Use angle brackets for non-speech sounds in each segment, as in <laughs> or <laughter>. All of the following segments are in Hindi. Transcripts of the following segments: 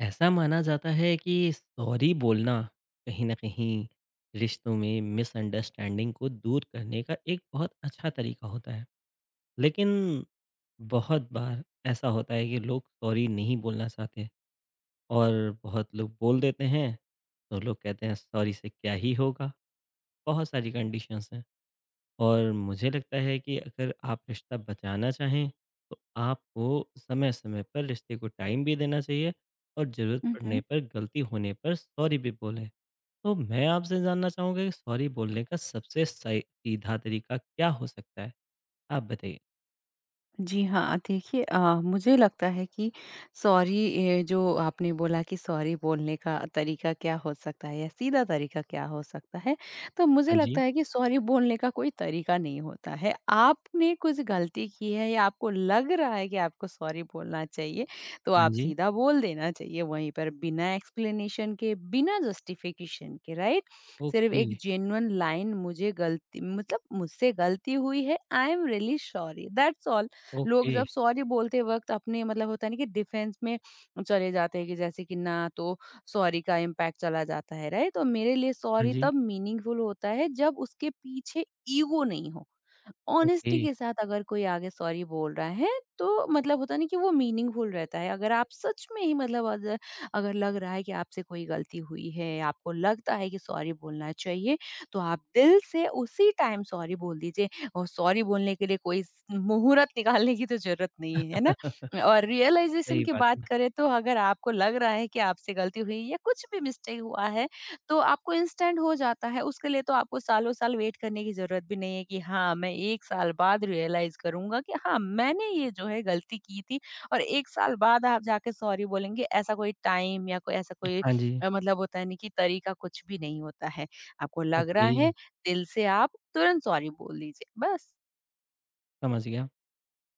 ऐसा माना जाता है कि सॉरी बोलना कहीं ना कहीं रिश्तों में मिसअंडरस्टैंडिंग को दूर करने का एक बहुत अच्छा तरीका होता है। लेकिन बहुत बार ऐसा होता है कि लोग सॉरी नहीं बोलना चाहते और बहुत लोग बोल देते हैं। तो लोग कहते हैं सॉरी से क्या ही होगा। बहुत सारी कंडीशंस हैं और मुझे लगता है कि अगर आप रिश्ता बचाना चाहें तो आपको समय-समय पर रिश्ते को टाइम भी देना चाहिए और ज़रूरत Hı पड़ने hı। पर गलती होने पर सॉरी भी बोलें। तो मैं आपसे जानना चाहूँगा कि सॉरी बोलने का सबसे सही सीधा तरीका क्या हो सकता है? आप बताइए। जी हाँ, देखिए मुझे लगता है कि सॉरी ये जो आपने बोला कि सॉरी बोलने का तरीका क्या हो सकता है या सीधा तरीका क्या हो सकता है, तो मुझे हाँ लगता जी, है कि सॉरी बोलने का कोई तरीका नहीं होता है। आपने कुछ गलती की है या आपको लग रहा है कि आपको सॉरी बोलना चाहिए, तो हाँ आप जी। सीधा बोल देना चाहिए वहीं पर बिना एक्सप्लेनेशन के, बिना जस्टिफ़िकेशन के, राइट? सिर्फ़ ओके, एक जेन्युइन लाइन मुझे गलती मतलब मुझसे गलती हुई है, I am really sorry that's all. लोग ओके। जब सॉरी बोलते वक्त अपने मतलब होता है ना कि डिफेंस में चले जाते हैं कि जैसे कि ना तो सॉरी का इम्पैक्ट चला जाता है राइट, तो मेरे लिए हाँ सॉरी जी, तब मीनिंगफुल होता है जब उसके पीछे ईगो नहीं हो। ओके। ऑनेस्टी के साथ अगर कोई आगे सॉरी बोल रहा है तो मतलब होता नहीं कि वो मीनिंगफुल रहता है। अगर आप सच में ही मतलब अगर, अगर लग रहा है कि आपसे कोई गलती हुई है, आपको लगता है कि सॉरी बोलना चाहिए, तो आप दिल से उसी टाइम सॉरी बोल दीजिए। और सॉरी बोलने के लिए कोई स मुहूर्त निकालने की तो ज़रूरत नहीं है, है ना? <laughs> सही और रियलाइज़ेशन की बात बात है। करें तो अगर आपको लग रहा है कि आपसे गलती हुई या कुछ भी मिस्टेक हुआ है, तो आपको इंस्टेंट हो जाता है, उसके लिए तो आपको सालों-साल वेट करने की ज़रूरत भी नहीं है कि हाँ, मैं 1 साल बाद रियलाइज़ करूँगा कि हाँ, मैंने ये जो है गलती की थी और 1 साल बाद आप जाके सॉरी बोलेंगे, ऐसा कोई टाइम या कोई ऐसा कोई हाँ जी, मतलब होता है ना कि तरीका कुछ भी नहीं होता है। आपको लग रहा ओके, है, दिल से आप तुरंत सॉरी बोल दीजिए बस। समझ गया।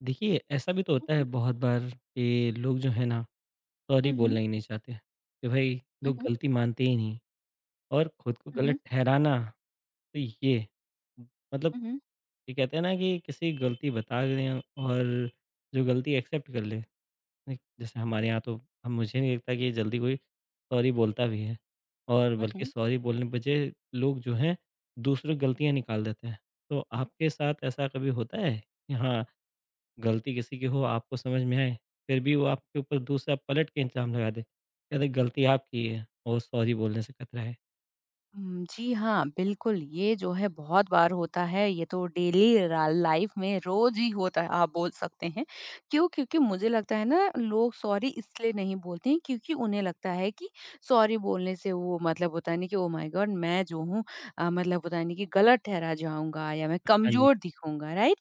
देखिए ऐसा भी तो हुँ, होता है हुँ। बहुत बार कि लोग जो है ना सॉरी बोलना ही नहीं चाहते कि भाई हुँ, लोग हुँ। गलती मानते ही नहीं और खुद को हुँ, हुँ। गलत ठहराना। तो ये मतलब हुँ, हुँ। ये कहते हैं ना कि किसी की गलती बता दें और जो गलती एक्सेप्ट कर ले। नहीं, जैसे हमारे यहाँ तो हम मुझे नहीं लगता कि ये जल्दी कोई सॉरी बोलता भी है। और हुँ, बल्कि हुँ। सॉरी बोलने के बजाय लोग जो हैं दूसरों की गलतियाँ निकाल देते हैं। तो आपके साथ ऐसा कभी होता है कि हाँ गलती किसी की हो आपको समझ में आए, फिर भी वो आपके ऊपर दूसरा पलट के इल्ज़ाम लगा दे। कह दे गलती आपकी है और सॉरी बोलने से खतरा है। हुँ, जी हाँ, बिल्कुल, ये जो है बहुत बार होता है, ये तो डेली रा लाइफ़ में रोज़ ही होता है, आप बोल सकते हैं। क्यों? क्योंकि मुझे लगता है ना, लोग सॉरी इसलिए नहीं बोलते हैं क्योंकि उन्हें लगता है कि सॉरी बोलने से वो मतलब होता नहीं कि ओह माय गॉड! मैं जो हूँ मतलब होता नहीं कि गलत ठहरा जाऊँगा या मैं हाँ जी, कमज़ोर दिखूँगा, राइट?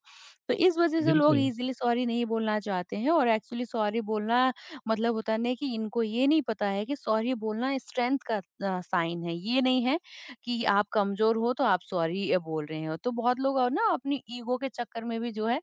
तो इस वज़ह से लोग बिल्कुल। ईज़िली सॉरी नहीं बोलना चाहते हैं और एक्चुअली सॉरी बोलना मतलब होता नहीं कि इनको ये नहीं पता है कि सॉरी बोलना स्ट्रेंथ का साइन है, ये नहीं है कि आप कमज़ोर हो तो आप सॉरी बोल रहे हो। तो बहुत लोग और ना अपनी ईगो के चक्कर में भी जो है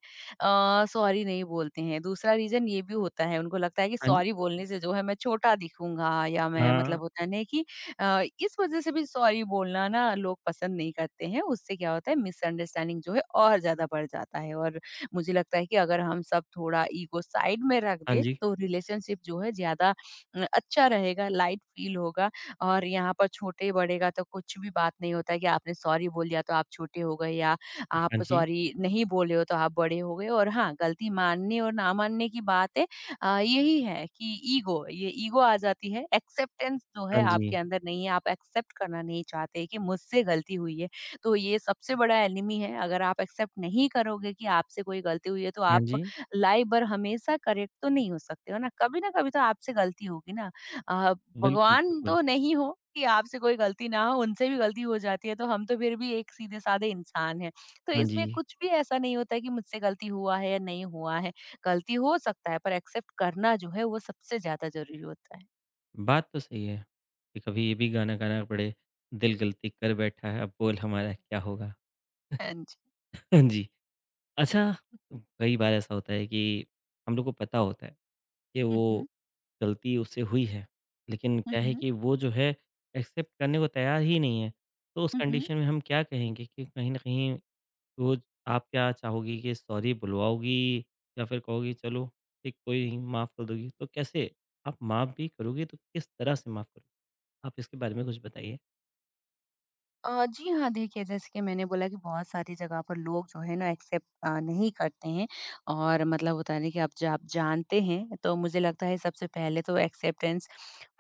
सॉरी नहीं बोलते हैं। दूसरा रीज़न ये भी होता है, उनको लगता है कि हाँ जी, सॉरी बोलने से जो है मैं छोटा दिखूँगा या मैं हाँ, मतलब होता है ना कि इस वज़ह से भी सॉरी बोलना ना लोग पसंद नहीं करते हैं। उससे क्या होता है मिसअंडरस्टैंडिंग जो है और ज़्यादा बढ़ जाता है और मुझे लगता है कि अगर हम सब थोड़ा ईगो साइड में रख हाँ दें, जी, तो रिलेशनशिप जो है ज़्यादा अच्छा रहेगा, लाइट फील होगा और यहाँ पर छोटे-बड़े का तो कुछ भी बात नहीं होता है कि आपने सॉरी बोल दिया तो आप छोटे हो गए या हाँ आप जी, सॉरी नहीं बोले हो तो आप बड़े हो गए और हाँ, गलती मानने और ना मानने की बात है, यही है कि ईगो, ये ईगो आ जाती है। एक्सेप्टेंस जो हाँ है जी, आपके अंदर नहीं है, आप एक्सेप्ट करना नहीं चाहते कि मुझसे गलती हुई है। तो ये सबसे बड़ा एनिमी है, अगर आप एक्सेप्ट नहीं करोगे कि आपसे कोई गलती हुई है तो हाँ आप जी। लाइफ भर हमेशा करेक्ट तो नहीं हो सकते हो ना कभी तो आपसे गलती होगी ना। आ, बिल्कुल, भगवान बिल्कुल। तो नहीं हो कि आपसे कोई गलती ना हो, उनसे भी गलती हो जाती है तो हम तो फिर भी एक सीधे साधे इंसान हैं। तो हाँ जी, इसमें कुछ भी ऐसा नहीं होता है कि मुझसे गलती हुआ है या नहीं हुआ है, गलती हो सकता है पर एक्सेप्ट करना जो है वो सबसे ज्यादा जरूरी होता है। बात तो सही है कि कभी ये भी गाना गाना पड़े, दिल गलती कर बैठा है अब बोल हमारा क्या होगा। हाँ जी। <laughs> हाँ जी, अच्छा कई बार ऐसा होता है कि हम लोग को पता होता है कि हम्म। वो गलती उससे हुई है। लेकिन क्या है हम्म। कि वो जो है एक्सेप्ट करने को तैयार ही नहीं है। तो उस हम्म। कंडीशन में हम क्या कहेंगे कि कहीं न कहीं वो आप क्या चाहोगी कि सॉरी बुलवाओगी या फिर कहोगी चलो ठीक कोई नहीं माफ़ कर दोगी? तो कैसे आप माफ़ भी करोगी तो किस तरह से माफ़ करोगी? आप इसके बारे में कुछ बताइए? जी हाँ, देखिए जैसे कि मैंने बोला कि बहुत सारी जगह पर लोग जो है ना एक्सेप्ट नहीं करते हैं और मतलब होता है ना कि आप जब आप जानते हैं तो मुझे लगता है सबसे पहले तो एक्सेप्टेंस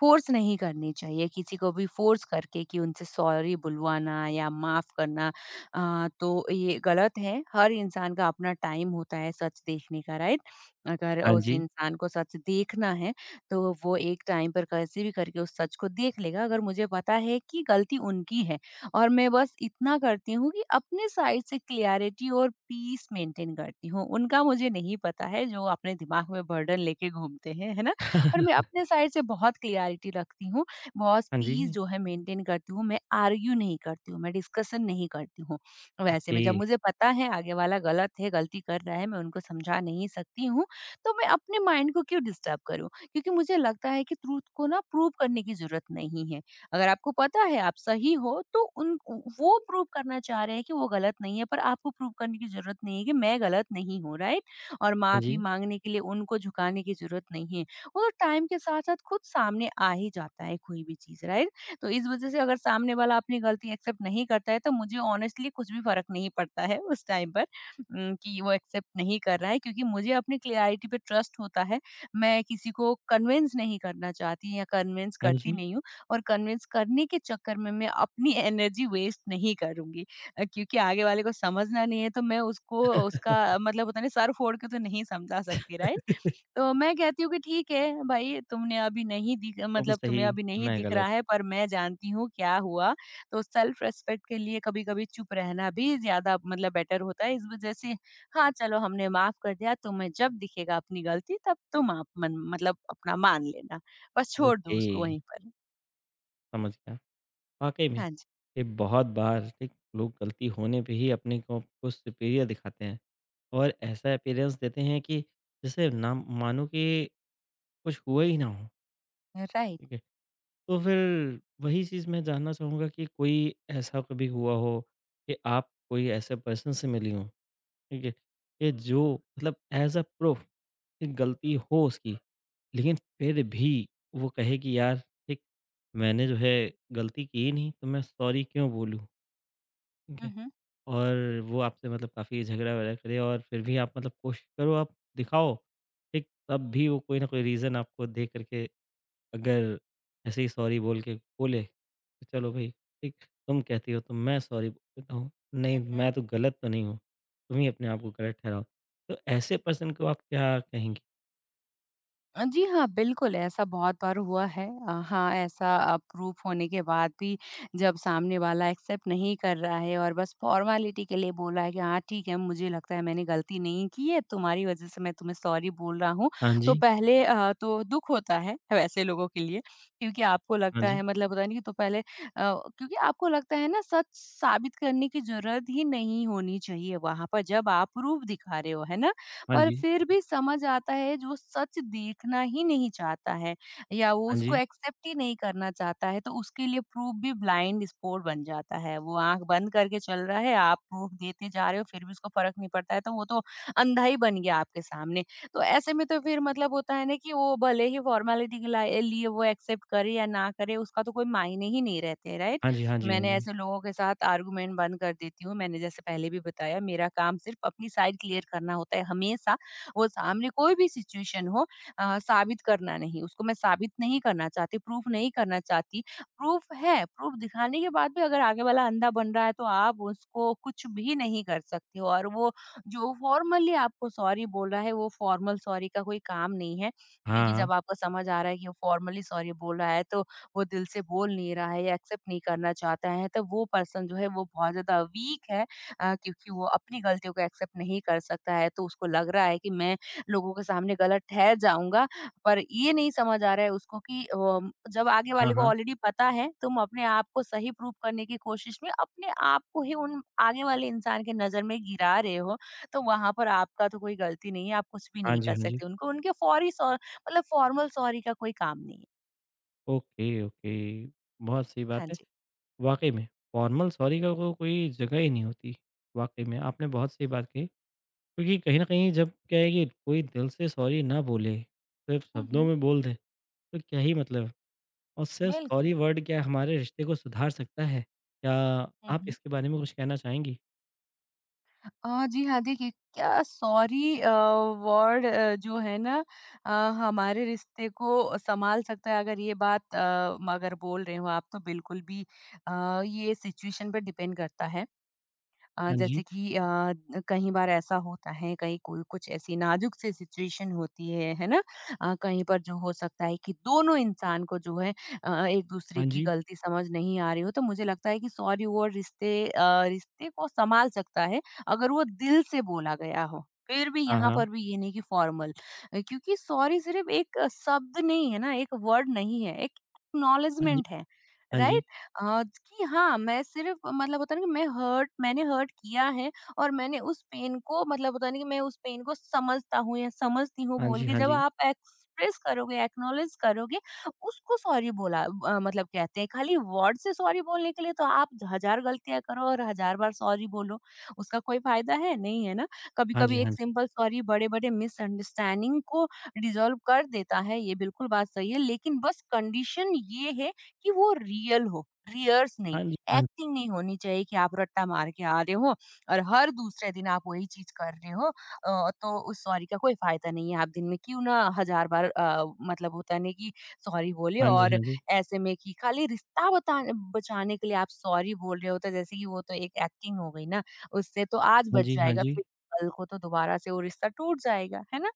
फ़ोर्स नहीं करनी चाहिए, किसी को भी फ़ोर्स करके कि उनसे सॉरी बुलवाना या माफ़ करना, तो ये गलत है। हर इंसान का अपना टाइम होता है सच देखने का, राइट? अगर हाँ उस जी। इंसान को सच देखना है तो वो एक टाइम पर कैसे भी करके उस सच को देख लेगा। अगर मुझे पता है कि गलती उनकी है और मैं बस इतना करती हूँ कि अपने साइड से क्लियरिटी और पीस मेंटेन करती हूँ। उनका मुझे नहीं पता है, जो अपने दिमाग में बर्डन लेके घूमते हैं, है ना? पर मैं <laughs> अपने साइड से बहुत क्लियरिटी रखती हूँ, बहुत हाँ पीस जी। जो है मेंटेन करती हूँ, मैं आर्ग्यू नहीं करती हूँ, मैं डिस्कशन नहीं करती हूँ। वैसे ओके। में जब मुझे पता है आगे वाला गलत है, गलती कर रहा है, मैं उनको समझा नहीं सकती हूँ, तो मैं अपने माइंड को क्यों डिस्टर्ब करूँ? क्योंकि मुझे लगता है कि ट्रुथ को ना प्रूव करने की ज़रूरत नहीं है। अगर आपको पता है आप सही हो तो उन, वो प्रूव करना चाह रहे हैं कि वो गलत नहीं है पर आपको प्रूव करने की जरूरत नहीं है कि मैं गलत नहीं हूँ, राइट? और हाँ माफी जी। मांगने के लिए उनको झुकाने की जरूरत नहीं है। वो तो टाइम के साथ साथ खुद सामने आ ही जाता है कोई भी चीज, राइट? तो इस वजह से अगर सामने वाला अपनी गलती एक्सेप्ट नहीं करता है तो मुझे ऑनेस्टली कुछ भी फर्क नहीं पड़ता है उस टाइम पर कि वो एक्सेप्ट नहीं कर रहा है, क्योंकि मुझे अपनी क्लियरिटी पे ट्रस्ट होता है। मैं किसी को कन्विंस नहीं करना चाहती या कन्विंस हाँ करती जी। नहीं हूँ और कन्विंस करने के चक्कर में मैं अपनी एनर्जी वेस्ट नहीं करूँगी, क्योंकि आगे वाले को समझना नहीं है तो मैं उसको उसका मतलब होता है ना सर फोड़ के तो नहीं समझा सकती, राइट? <laughs> तो मैं कहती हूँ कि ठीक है भाई तुमने अभी नहीं दिख तुम मतलब सही तुम्हें अभी नहीं मैं दिख गलत। रहा है पर मैं जानती हूँ क्या हुआ। तो सेल्फ रिस्पेक्ट के लिए कभी-कभी चुप रहना भी ज़्यादा मतलब बेटर होता है। इस वज़ह से हाँ, चलो हमने माफ़ कर दिया तुम्हें, जब दिखेगा अपनी गलती तब तुम आप मन मतलब अपना मान लेना। बस छोड़ दो ओके, उसको वहीं पर। समझ गया। वाक़ई में, हाँ जी। ये बहुत बार एक लोग गलती होने पे ही अपने को सुपीरियर दिखाते हैं और ऐसा अपीयरेंस देते हैं कि जैसे ना मानो कि कुछ हुआ ही ना हो, राइट। ठीक है? तो फिर वही चीज़ मैं जानना चाहूँगा कि कोई ऐसा कभी हुआ हो कि आप कोई ऐसे पर्सन से मिली हों, ठीक है? कि जो मतलब एज़ अ प्रूफ कि गलती हो उसकी, लेकिन फिर भी वो कहे कि यार, ठीक मैंने जो है गलती की ही नहीं, तो मैं सॉरी क्यों बोलूँ? ठीक हुँ, है? हुँ। और वो आपसे मतलब काफ़ी झगड़ा वगैरह करे और फिर भी आप मतलब कोशिश करो आप दिखाओ, ठीक? तब भी वो कोई ना कोई रीज़न आपको दे कर के अगर ऐसे ही सॉरी बोल के बोले, तो चलो भई ठीक, तुम कहती हो तो मैं सॉरी बोल देता हूँ, नहीं हुँ, हुँ। मैं तो गलत तो नहीं हूँ, तुम ही अपने आप को गलत ठहराओ। तो ऐसे पर्सन को आप क्या कहेंगी? जी हाँ, बिल्कुल ऐसा बहुत बार हुआ है। हाँ, ऐसा प्रूफ होने के बाद भी जब सामने वाला एक्सेप्ट नहीं कर रहा है और बस फॉर्मेलिटी के लिए बोला है कि हाँ, ठीक है, मुझे लगता है मैंने गलती नहीं की है, तुम्हारी वज़ह से मैं तुम्हें सॉरी बोल रहा हूँ। हाँ तो जी, पहले तो दुःख होता है <laughs> वैसे लोगों के लिए, क्योंकि आपको हाँ लगता जी, है मतलब पता नहीं, तो पहले क्योंकि आपको लगता है ना सच साबित करने की ज़रूरत ही नहीं होनी चाहिए वहाँ पर जब आप प्रूफ दिखा रहे हो, है ना? हाँ पर जी, फिर भी समझ आता है, जो सच देखना ही नहीं चाहता है या वो हाँ उसको जी, एक्सेप्ट ही नहीं करना चाहता है तो उसके लिए प्रूफ भी ब्लाइंड स्पोर्ट बन जाता है, वो आंख बंद करके चल रहा है, आप प्रूफ देते जा रहे हो फिर भी उसको फर्क नहीं पड़ता है, तो वो तो अंधा ही बन गया आपके सामने। तो ऐसे में तो फिर मतलब होता है ना कि वो भले ही फॉर्मेलिटी के लिए वो एक्सेप्ट करे या ना करे, उसका तो कोई मायने ही नहीं रहते, राइट? हाँ जी, हाँ जी, हाँ मैंने जी। ऐसे लोगों के साथ आर्गुमेंट बंद कर देती हूँ। मैंने जैसे पहले भी बताया मेरा काम सिर्फ़ अपनी साइड क्लियर करना होता है हमेशा। वो सामने कोई भी सिचुएशन हो, साबित करना नहीं, उसको मैं साबित नहीं करना चाहती, प्रूफ़ नहीं करना चाहती। प्रूफ़ है, प्रूफ़ दिखाने के बाद भी अगर आगे वाला अंधा बन रहा है तो आप उसको कुछ भी नहीं कर सकते हो और वो जो फ़ॉर्मली आपको सॉरी बोल रहा है वो फ़ॉर्मल सॉरी का कोई काम नहीं है। हाँ, क्योंकि हाँ, जब आपको समझ आ रहा है कि वो फ़ॉर्मली सॉरी बोल रहा है तो वो दिल से बोल नहीं रहा है या एक्सेप्ट नहीं करना चाहता है, तब वो पर्सन जो है वो बहुत ज़्यादा वीक है, क्योंकि वो अपनी गलतियों को एक्सेप्ट नहीं कर सकता है। तो उसको लग रहा है कि मैं लोगों के सामने गलत ठहर जाऊँगा, पर ये नहीं समझ आ रहा है उसको कि जब आगे हाँ, वाले को हाँ, ऑलरेडी पता है तुम अपने आप को सही प्रूव करने की कोशिश में अपने आप को ही उन आगे वाले इंसान के नज़र में गिरा रहे हो, तो वहाँ पर आपका तो कोई गलती नहीं है, आप कुछ भी हाँ नहीं जी, कर हाँ जी। सकते। उनको उनके फौरी सॉ मतलब फॉर्मल सॉरी का कोई काम नहीं है। Okay, okay. बहुत सही बात हाँ है। जी। वाक़ई में, फॉर्मल सॉरी का को कोई जगह ही नहीं होती, वाक़ई में आपने बहुत सही बात कही। क्योंकि कहीं न कहीं जब क्या है कि कोई दिल से सॉरी ना बोले, सिर्फ़ हुँ, शब्दों हुँ। में बोल दे, तो क्या ही मतलब है। और सिर्फ़ सॉरी बिल्कुल। वर्ड क्या हमारे रिश्ते को सुधार सकता है? क्या हुँ, आप हुँ। इसके बारे में कुछ कहना चाहेंगी? जी हाँ, देखिए क्या सॉरी वर्ड जो है ना अ, हमारे रिश्ते को सँभाल सकता है अगर ये बात अगर बोल रहे हो आप तो बिल्कुल भी अ, ये सिचुएशन पे डिपेंड करता है। हाँ जी, जैसे कि कई बार ऐसा होता है कहीं कोई कुछ ऐसी नाजुक सी सिचुएशन होती है ना? कहीं पर जो हो सकता है कि दोनों इंसान को जो है हाँ एक-दूसरे की जी, गलती समझ नहीं आ रही हो, तो मुझे लगता है कि सॉरी वो रिश्ते को संभाल सकता है, अगर वो दिल से बोला गया हो। फिर भी हाँ, यहाँ हाँ, पर भी ये नहीं कि फॉर्मल। क्योंकि सॉरी सिर्फ़ एक शब्द नहीं है ना, एक वर्ड नहीं है, एक हाँ जी, एक्नॉलेजमेंट है, हाँ राइट? जी, कि हाँ, मैं सिर्फ़ मतलब होता है ना कि मैंने हर्ट किया है और मैंने उस पेन को मतलब होता है ना कि मैं उस पेन को समझता हूँ या समझती हूँ हाँ बोल जी, के हाँ जब जी, आप एक्सप्रेस करोगे, एक्नॉलेज करोगे, उसको सॉरी बोला मतलब कहते हैं। खाली वर्ड से सॉरी बोलने के लिए तो आप हज़ार गलतियाँ करो और हज़ार बार सॉरी बोलो, उसका कोई फ़ायदा है? नहीं, है ना? हाँ जी, कभी-कभी हाँ एक जी, सिंपल सॉरी बड़े-बड़े मिसअंडरस्टैंडिंग को डिसॉल्व कर देता है, ये बिल्कुल बात सही है, लेकिन बस कंडीशन ये है कि वो रियल हो। रिहर्स नहीं, हाँ जी, हाँ एक्टिंग नहीं होनी चाहिए कि आप रट्टा मार के आ रहे हो और हर दूसरे दिन आप वही चीज़ कर रहे हो। तो उस सॉरी का कोई फ़ायदा नहीं है। आप दिन में क्यों ना हज़ार बार मतलब होता है ना कि सॉरी बोले जी, हाँ जी, और हाँ जी, ऐसे में कि खाली रिश्ता बता बचाने के लिए आप सॉरी बोल रहे हो तो जैसे कि वो तो एक एक्टिंग हो गई ना, उससे तो आज हाँ बच जी, हाँ जाएगा जी, फिर कल को तो दोबारा से वो रिश्ता टूट जाएगा, है ना?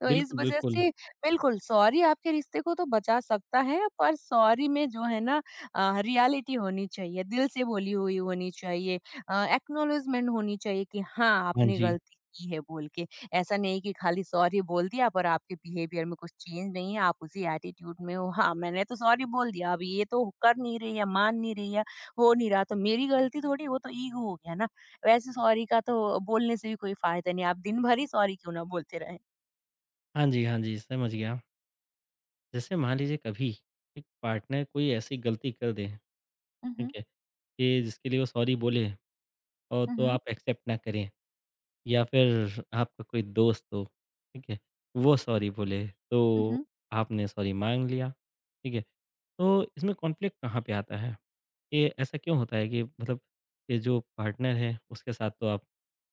तो इस बिल्कुल, वजह बिल्कुल, से बिल्कुल सॉरी आपके रिश्ते को तो बचा सकता है पर सॉरी में जो है ना रियलिटी होनी चाहिए, दिल से बोली हुई होनी चाहिए। एक्नॉलेजमेंट होनी चाहिए कि हाँ, हाँ आपने जी, गलती की है बोल के। ऐसा नहीं कि खाली सॉरी बोल दिया पर आपके बिहेवियर में कुछ चेंज नहीं है, आप उसी एटीट्यूड में हो। हाँ, मैंने तो सॉरी बोल दिया, अब ये तो कर नहीं रही है, मान नहीं रही है, हो नहीं रहा तो मेरी गलती थोड़ी, वो तो ईगो हो गया ना। वैसे सॉरी का तो बोलने से भी कोई फ़ायदा नहीं है, आप दिन भर ही सॉरी क्यों ना बोलते रहें। हाँ जी, हाँ जी, समझ गया। जैसे मान लीजिए कभी एक पार्टनर कोई ऐसी गलती कर दे, हुँ, ठीक हुँ। है? कि जिसके लिए वो सॉरी बोले और तो हुँ, आप एक्सेप्ट ना करें। या फिर आपका कोई दोस्त हो, ठीक है? वो सॉरी बोले हुँ, तो हुँ। आपने सॉरी माँग लिया, ठीक है? तो इसमें कॉन्फ्लिक्ट कहाँ पे आता है? ये ऐसा क्यों होता है कि मतलब ये जो पार्टनर है उसके साथ तो आप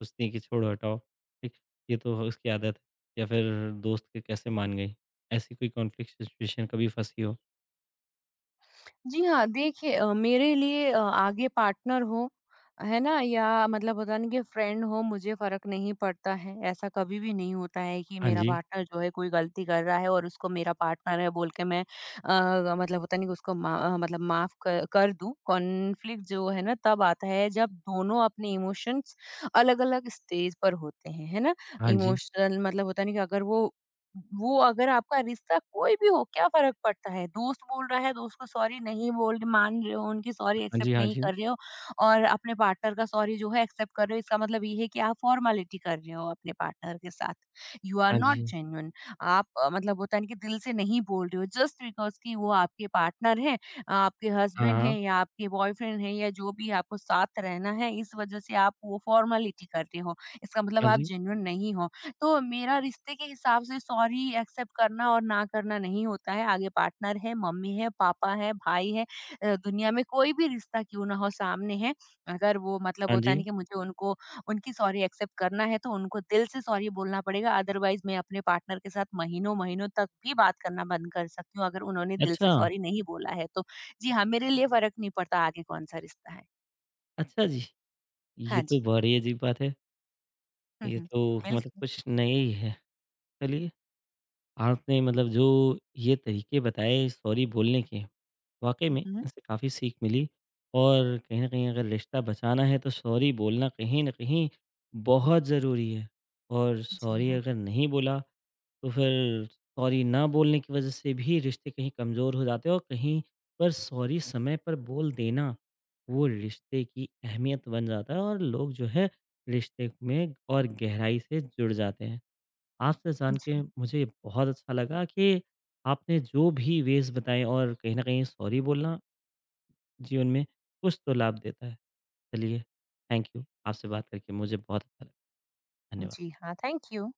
सोचती हैं कि छोड़ो हटाओ, ठीक? ये तो उसकी आदत है। या फिर दोस्त के कैसे मान गई? ऐसी कोई कॉन्फ्लिक्ट सिचुएशन कभी फँसी हो? जी हाँ, देखिए मेरे लिए आगे पार्टनर हो, है ना? या मतलब होता है ना कि फ्रेंड हो, मुझे फ़र्क नहीं पड़ता है। ऐसा कभी भी नहीं होता है कि हाँ मेरा जी। पार्टनर जो है कोई गलती कर रहा है और उसको मेरा पार्टनर है बोल के मैं मतलब होता नहीं कि मतलब माफ़ क कर दूँ। कॉन्फ्लिक्ट जो है ना तब आता है जब दोनों अपने इमोशंस अलग-अलग स्टेज पर होते हैं, है ना? हाँ जी। इमोशनल मतलब होता नहीं कि अगर वो अगर आपका रिश्ता कोई भी हो क्या फ़र्क पड़ता है? दोस्त बोल रहा है, दोस्त को सॉरी नहीं बोल मान रहे हो, उनकी सॉरी हाँ एक्सेप्ट जी, हाँ नहीं जी। कर रहे हो और अपने पार्टनर का सॉरी जो है एक्सेप्ट कर रहे हो, इसका मतलब ये है कि आप फॉर्मेलिटी कर रहे हो अपने पार्टनर के साथ। यू आर हाँ नॉट जी। जेन्युइन। आप मतलब होता है ना कि दिल से नहीं बोल रहे हो जस्ट बिकॉज़ कि वो आपके पार्टनर हैं, आपके हाँ, हस्बैंड हाँ। हैं या आपके बॉयफ्रेंड हैं या जो भी आपको साथ रहना है, इस वजह से आप वो फॉर्मेलिटी कर रहे हो। इसका मतलब हाँ आप जी। जेन्युइन नहीं हो। तो मेरा रिश्ते के हिसाब से सॉरी एक्सेप्ट करना और ना करना नहीं होता है। आगे पार्टनर है, मम्मी है, पापा है, भाई है। दुनिया में कोई भी रिश्ता क्यों ना हो सामने है, अगर वो मतलब हाँ होता जी। नहीं कि मुझे उनको उनकी सॉरी एक्सेप्ट करना है तो उनको दिल से सॉरी बोलना पड़ेगा। अदरवाइज़ मैं अपने पार्टनर के साथ महीनों-महीनों तक भी बात करना बंद कर सकती हूँ अगर उन्होंने दिल से अच्छा! सॉरी नहीं बोला है तो। जी हाँ, मेरे लिए फ़र्क नहीं पड़ता आगे कौन-सा रिश्ता है। अच्छा जी। ये हाँ तो जी। बड़ी अजीब बात है। हुँ, ये हुँ। तो मतलब बिल्कुल। कुछ नया ही है। चलिए, आपने मतलब जो ये तरीके बताए सॉरी बोलने के वाक़ई हुँ, में हुँ। इससे काफ़ी सीख मिली। और कहीं न कहीं अगर रिश्ता बचाना है तो सॉरी बोलना कहीं न कहीं बहुत ज़रूरी है। और जी सॉरी हाँ। अगर नहीं बोला तो फिर सॉरी ना बोलने की वज़ह से भी रिश्ते कहीं कमज़ोर हो जाते हैं। और कहीं पर सॉरी समय पर बोल देना, वो रिश्ते की अहमियत बन जाता है और लोग जो है रिश्ते में और गहराई से जुड़ जाते हैं। आपसे जान के जी। मुझे बहुत अच्छा लगा कि आपने जो भी वेज़ बताए और कहीं न कहीं सॉरी बोलना जीवन में कुछ तो लाभ देता है। चलिए थैंक यू। आपसे बात करके मुझे बहुत अच्छा लगा। धन्यवाद। जी हाँ, थैंक यू।